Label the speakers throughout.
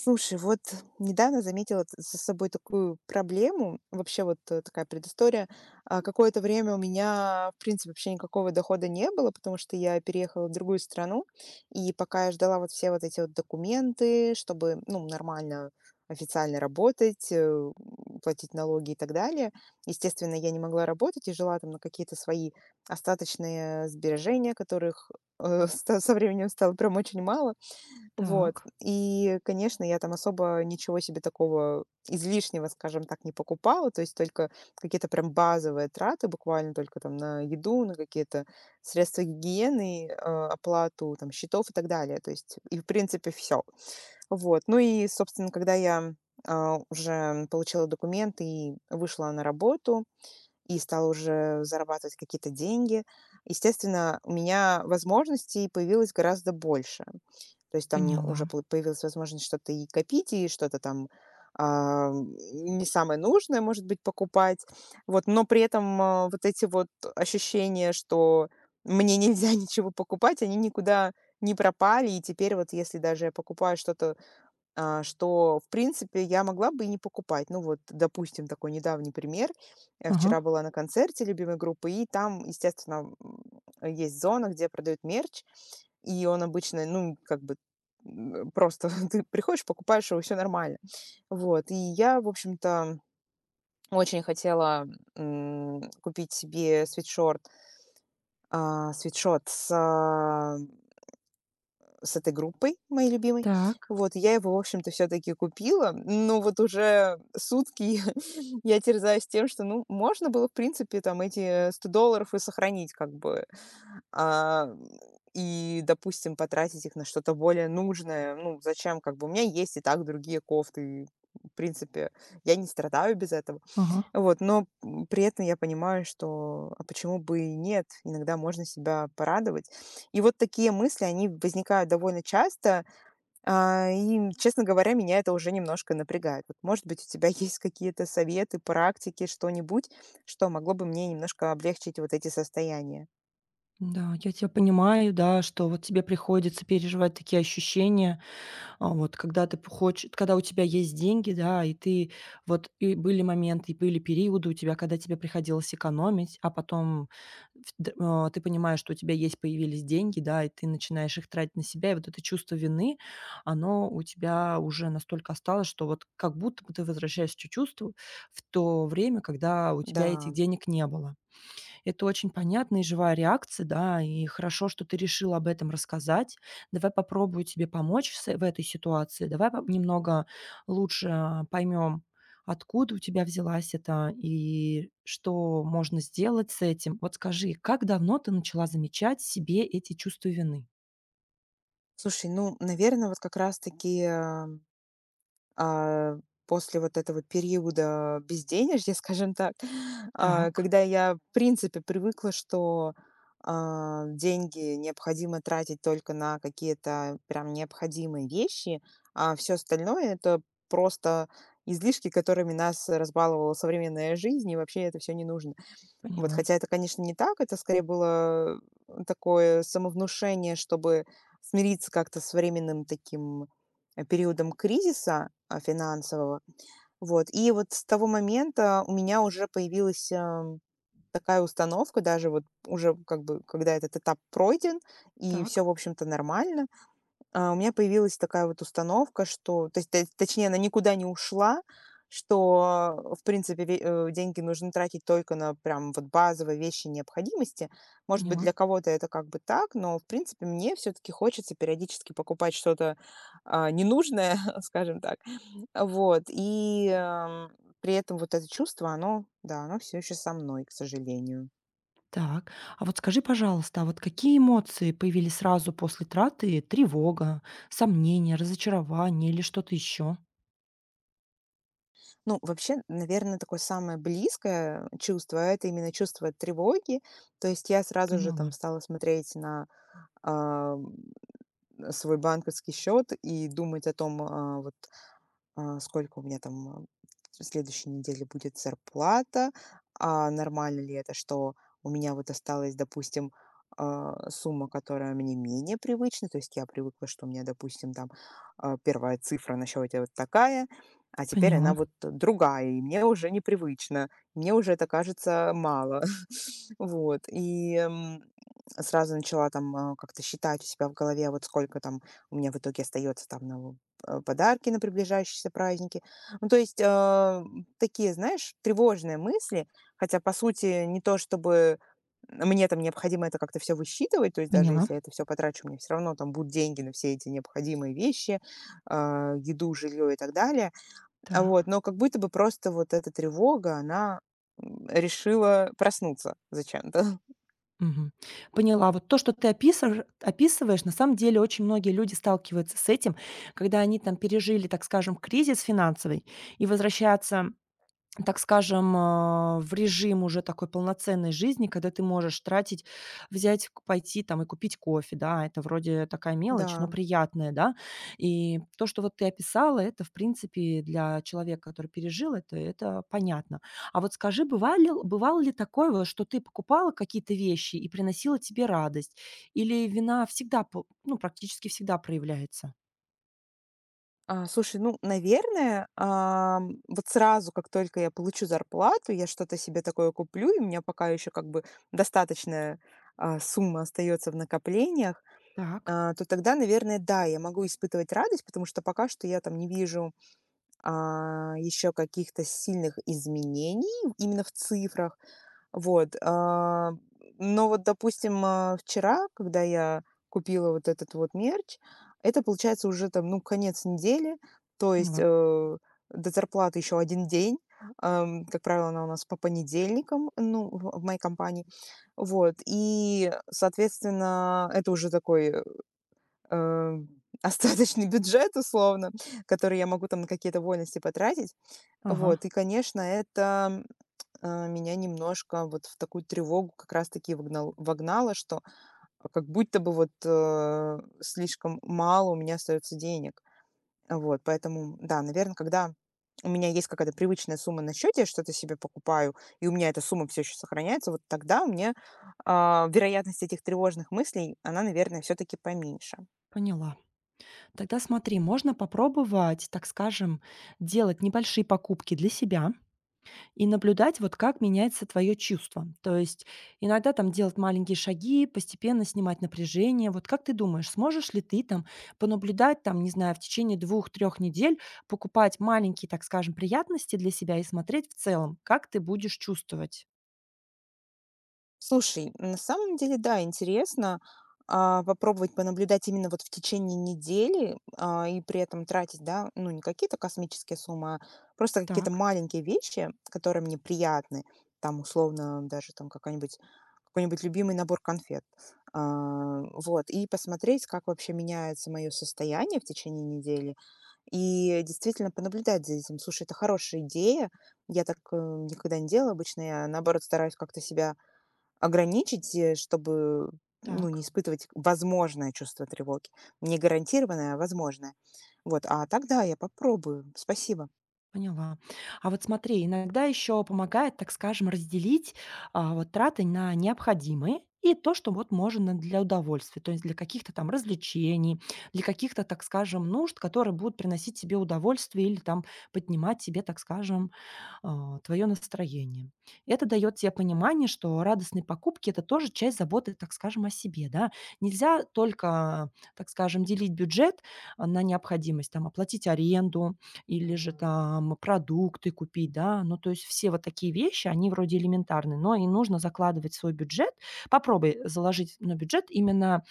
Speaker 1: Слушай, вот недавно заметила за собой такую проблему. Вообще вот такая предыстория. Какое-то время у меня, в принципе, вообще никакого дохода не было, потому что я переехала в другую страну. И пока я ждала вот все вот эти вот документы, чтобы, ну, нормально официально работать, платить налоги и так далее. Естественно, я не могла работать и жила там на какие-то свои остаточные сбережения, которых со временем стало прям очень мало. Вот.
Speaker 2: Так,
Speaker 1: И, конечно, я там особо ничего себе такого излишнего, скажем так, не покупала. То есть только какие-то прям базовые траты, буквально только там на еду, на какие-то средства гигиены, оплату там счетов и так далее. То есть и, в принципе, все. Вот. Ну и, собственно, когда я уже получила документы и вышла на работу, и стала уже зарабатывать какие-то деньги. Естественно, у меня возможностей появилось гораздо больше. То есть там уже
Speaker 2: поняла.
Speaker 1: появилась возможность что-то и копить, и что-то там а, не самое нужное, может быть, покупать. Вот, но при этом вот эти вот ощущения, что мне нельзя ничего покупать, они никуда не пропали. И теперь вот если даже я покупаю что-то что, в принципе, я могла бы и не покупать. Ну вот, допустим, такой недавний пример. Вчера
Speaker 2: Ага.
Speaker 1: была на концерте любимой группы, и там, естественно, есть зона, где продают мерч, и он обычно, ну, как бы просто ты приходишь, покупаешь его, все нормально. Вот, и я, в общем-то, очень хотела купить себе свитшот с этой группой моей любимой.
Speaker 2: Так.
Speaker 1: Вот, я его, в общем-то, все таки купила. Но вот уже сутки я терзаюсь тем, что, ну, можно было, в принципе, там эти $100 и сохранить как бы. А, и, допустим, потратить их на что-то более нужное. Ну, зачем как бы? У меня есть и так другие кофты. В принципе, я не страдаю без этого.
Speaker 2: Ага.
Speaker 1: Вот, но, при этом я понимаю, что, а почему бы и нет? Иногда можно себя порадовать. И вот такие мысли, они возникают довольно часто, и, честно говоря, меня это уже немножко напрягает. Вот, может быть, у тебя есть какие-то советы, практики, что-нибудь, что могло бы мне немножко облегчить вот эти состояния?
Speaker 2: Да, я тебя понимаю, да, что вот тебе приходится переживать такие ощущения. Вот когда ты п хочешь, когда у тебя есть деньги, да, и ты вот и были моменты, и были периоды у тебя, когда тебе приходилось экономить, а потом ты понимаешь, что у тебя есть, появились деньги, да, и ты начинаешь их тратить на себя. И вот это чувство вины оно у тебя уже настолько осталось, что вот как будто бы ты возвращаешься к чувству в то время, когда у тебя этих
Speaker 1: Да.
Speaker 2: денег не было. Это очень понятная и живая реакция, да, и хорошо, что ты решила об этом рассказать. Давай попробую тебе помочь с в этой ситуации. Давай по немного лучше поймем, откуда у тебя взялась это и что можно сделать с этим. Вот скажи, как давно ты начала замечать в себе эти чувства вины?
Speaker 1: Слушай, ну, наверное, вот как раз таки, А, после вот этого периода безденежья, скажем так,
Speaker 2: Так,
Speaker 1: когда я, в принципе, привыкла, что, деньги необходимо тратить только на какие-то прям необходимые вещи, а все остальное- это просто излишки, которыми нас разбаловала современная жизнь, и вообще это все не нужно. Вот,
Speaker 2: поняла.
Speaker 1: хотя это, конечно, не так. Это скорее было такое самовнушение, чтобы смириться как-то с временным таким, периодом кризиса, финансового. Вот, и вот с того момента у меня уже появилась, такая установка, даже вот уже как бы когда этот этап пройден и все,
Speaker 2: Так,
Speaker 1: в общем-то, нормально. У меня появилась такая вот установка, что, то есть, т точнее, она никуда не ушла, что, в принципе, деньги нужно тратить только на прям вот базовые вещи необходимости. Может быть,
Speaker 2: поняла.
Speaker 1: для кого-то это как бы так, но, в принципе, мне все таки хочется периодически покупать что-то, ненужное, скажем так. Вот, и, при этом вот это чувство, оно, да, оно все еще со мной, к сожалению.
Speaker 2: Так, а вот скажи, пожалуйста, а вот какие эмоции появились сразу после траты? Тревога, сомнение, разочарование или что-то еще?
Speaker 1: Ну, вообще, наверное, такое самое близкое чувство- это именно чувство тревоги. То есть я сразу же там
Speaker 2: Поняла,
Speaker 1: стала смотреть на, ам, свой банковский счет и думать о том, вот сколько у меня там в следующей неделе будет зарплата, а нормально ли это, что у меня вот осталась, допустим, сумма, которая мне менее привычна, то есть я привыкла, что у меня, допустим, там первая цифра на счете вот такая, а теперь она
Speaker 2: поняла,
Speaker 1: вот другая, и мне уже непривычно, мне уже это кажется мало, вот, и сразу начала там как-то считать у себя в голове, вот сколько там у меня в итоге остается там на подарки на приближающиеся праздники. Ну, то есть, такие, знаешь, тревожные мысли, хотя, по сути, не то чтобы мне там необходимо это как-то все высчитывать, то есть даже
Speaker 2: поняла.
Speaker 1: если я это все потрачу, мне все равно там будут деньги на все эти необходимые вещи, еду, жилье и так далее. Вот,
Speaker 2: Так.
Speaker 1: но как будто бы просто вот эта тревога, она решила проснуться зачем-то.
Speaker 2: Мгм. Поняла. Вот то, что ты описываешь, на самом деле очень многие люди сталкиваются с этим, когда они там пережили, так скажем, кризис финансовый и возвращаются, так скажем, в режим уже такой полноценной жизни, когда ты можешь тратить, взять, пойти там и купить кофе, да, это вроде такая мелочь, но
Speaker 1: Да.
Speaker 2: приятная, да. И то, что вот ты описала, это, в принципе, для человека, который пережил это понятно. А вот скажи, бывало ли такое, вот, что ты покупала какие-то вещи и приносила тебе радость? Или вина всегда, ну, практически всегда проявляется?
Speaker 1: Слушай, ну, наверное, вот сразу, как только я получу зарплату, я что-то себе такое куплю, и у меня пока еще как бы достаточная сумма остается в накоплениях,
Speaker 2: Так,
Speaker 1: то тогда, наверное, да, я могу испытывать радость, потому что пока что я там не вижу еще каких-то сильных изменений именно в цифрах, вот, но вот, допустим, вчера, когда я купила вот этот вот мерч, это получается уже там, ну, конец недели, то есть,
Speaker 2: поняла.
Speaker 1: до зарплаты еще один день. Как правило, она у нас по понедельникам, ну, в моей компании. Вот, и, соответственно, это уже такой, э, остаточный бюджет условно, который я могу там на какие-то вольности потратить.
Speaker 2: Ага,
Speaker 1: Вот, и, конечно, это меня немножко вот в такую тревогу как раз-таки вогнало, что как будто бы вот слишком мало у меня остается денег. Вот, поэтому, да, наверное, когда у меня есть какая-то привычная сумма на счете, я что-то себе покупаю, и у меня эта сумма все еще сохраняется, вот тогда у меня вероятность этих тревожных мыслей, она, наверное, все-таки поменьше.
Speaker 2: поняла. Тогда смотри, можно попробовать, так скажем, делать небольшие покупки для себя и наблюдать, вот как меняется твое чувство. То есть иногда там делать маленькие шаги, постепенно снимать напряжение. Вот как ты думаешь, сможешь ли ты там понаблюдать, там, не знаю, в течение двух-трех недель, покупать маленькие, так скажем, приятности для себя и смотреть в целом, как ты будешь чувствовать?
Speaker 1: Слушай, на самом деле, да, интересно, попробовать понаблюдать именно вот в течение недели, и при этом тратить, да, ну, не какие-то космические суммы, а просто какие-то
Speaker 2: Так,
Speaker 1: маленькие вещи, которые мне приятны. Там, условно, даже там какая-нибудь какой-нибудь любимый набор конфет. Вот, и посмотреть, как вообще меняется мое состояние в течение недели, и действительно понаблюдать за этим. Слушай, это хорошая идея. Я так никогда не делала. Обычно я, наоборот, стараюсь как-то себя ограничить, чтобы, ну, не
Speaker 2: так.
Speaker 1: испытывать возможное чувство тревоги. Не гарантированное, а возможное. Вот, а так да, я попробую. Спасибо.
Speaker 2: Поняла. А вот смотри, иногда еще помогает, так скажем, разделить, вот траты на необходимые и то, что вот можно для удовольствия, то есть для каких-то там развлечений, для каких-то, так скажем, нужд, которые будут приносить тебе удовольствие или там поднимать тебе, так скажем, твое настроение. Это дает тебе понимание, что радостные покупки – это тоже часть заботы, так скажем, о себе, да. Нельзя только, так скажем, делить бюджет на необходимость, там, оплатить аренду или же там продукты купить, да. Ну, то есть все вот такие вещи, они вроде элементарны, но и нужно закладывать в свой бюджет. Попробуй заложить на бюджет именно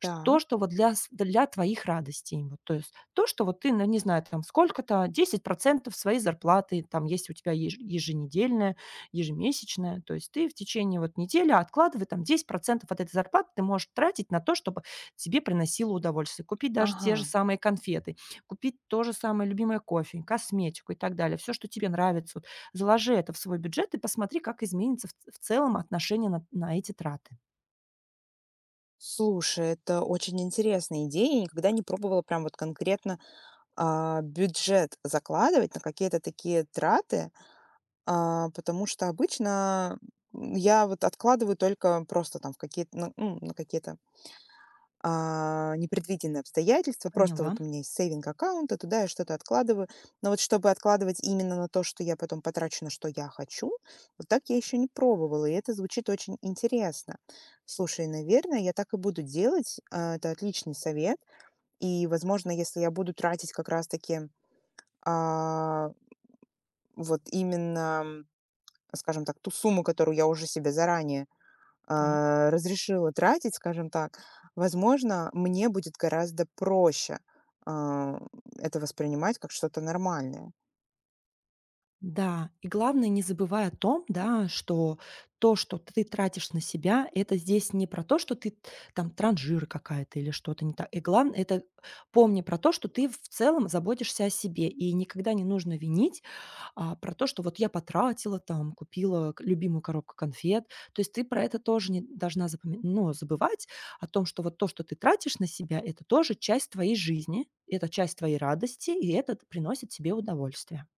Speaker 2: Ш то,
Speaker 1: Да.
Speaker 2: что вот для твоих радостей. Вот, то есть то, что вот ты, ну, не знаю, там сколько-то, 10% своей зарплаты, там, есть у тебя еж еженедельная, ежемесячная. То есть ты в течение вот недели, откладывай там 10% от этой зарплаты ты можешь тратить на то, чтобы тебе приносило удовольствие. Купить даже
Speaker 1: Ага.
Speaker 2: те же самые конфеты, купить то же самое любимое кофе, косметику и так далее. Все, что тебе нравится. Вот заложи это в свой бюджет и посмотри, как изменится в целом отношение на эти траты.
Speaker 1: Слушай, это очень интересная идея. Я никогда не пробовала прям вот конкретно, бюджет закладывать на какие-то такие траты, потому что обычно, я вот откладываю только просто там в какие-то, на, ну, на какие-то непредвиденные обстоятельства. Просто
Speaker 2: Поняла.
Speaker 1: вот у меня есть сейвинг аккаунт, и туда я что-то откладываю. Но вот чтобы откладывать именно на то, что я потом потрачу, на что я хочу, вот так я еще не пробовала, и это звучит очень интересно. Слушай, наверное, я так и буду делать. Это отличный совет. И, возможно, если я буду тратить как раз-таки а, вот именно, скажем так, ту сумму, которую я уже себе заранее
Speaker 2: Так.
Speaker 1: разрешила тратить, скажем так, возможно, мне будет гораздо проще, а, это воспринимать как что-то нормальное.
Speaker 2: Да, и главное, не забывай о том, да, что то, что ты тратишь на себя, это здесь не про то, что ты там транжир какая-то или что-то не так. И главное, это помни про то, что ты в целом заботишься о себе. И никогда не нужно винить про то, что вот я потратила там, купила любимую коробку конфет. То есть ты про это тоже не должна ну, забывать о том, что вот то, что ты тратишь на себя, это тоже часть твоей жизни, это часть твоей радости, и это приносит тебе удовольствие.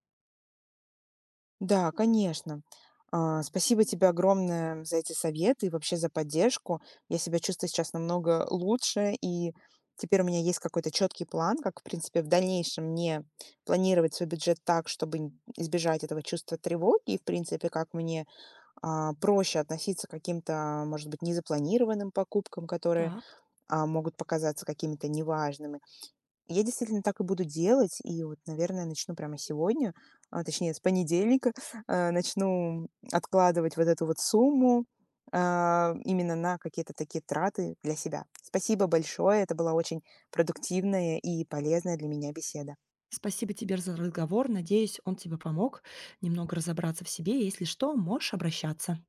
Speaker 1: Да, конечно. Спасибо тебе огромное за эти советы и вообще за поддержку. Я себя чувствую сейчас намного лучше, и теперь у меня есть какой-то четкий план, как, в принципе, в дальнейшем мне планировать свой бюджет так, чтобы избежать этого чувства тревоги, и, в принципе, как мне проще относиться к каким-то, может быть, незапланированным покупкам, которые
Speaker 2: Так.
Speaker 1: могут показаться какими-то неважными. Я действительно так и буду делать, и вот, наверное, начну прямо сегодня, точнее, с понедельника, начну откладывать вот эту вот сумму именно на какие-то такие траты для себя. Спасибо большое, это была очень продуктивная и полезная для меня беседа.
Speaker 2: Спасибо тебе за разговор. Надеюсь, он тебе помог немного разобраться в себе. Если что, можешь обращаться.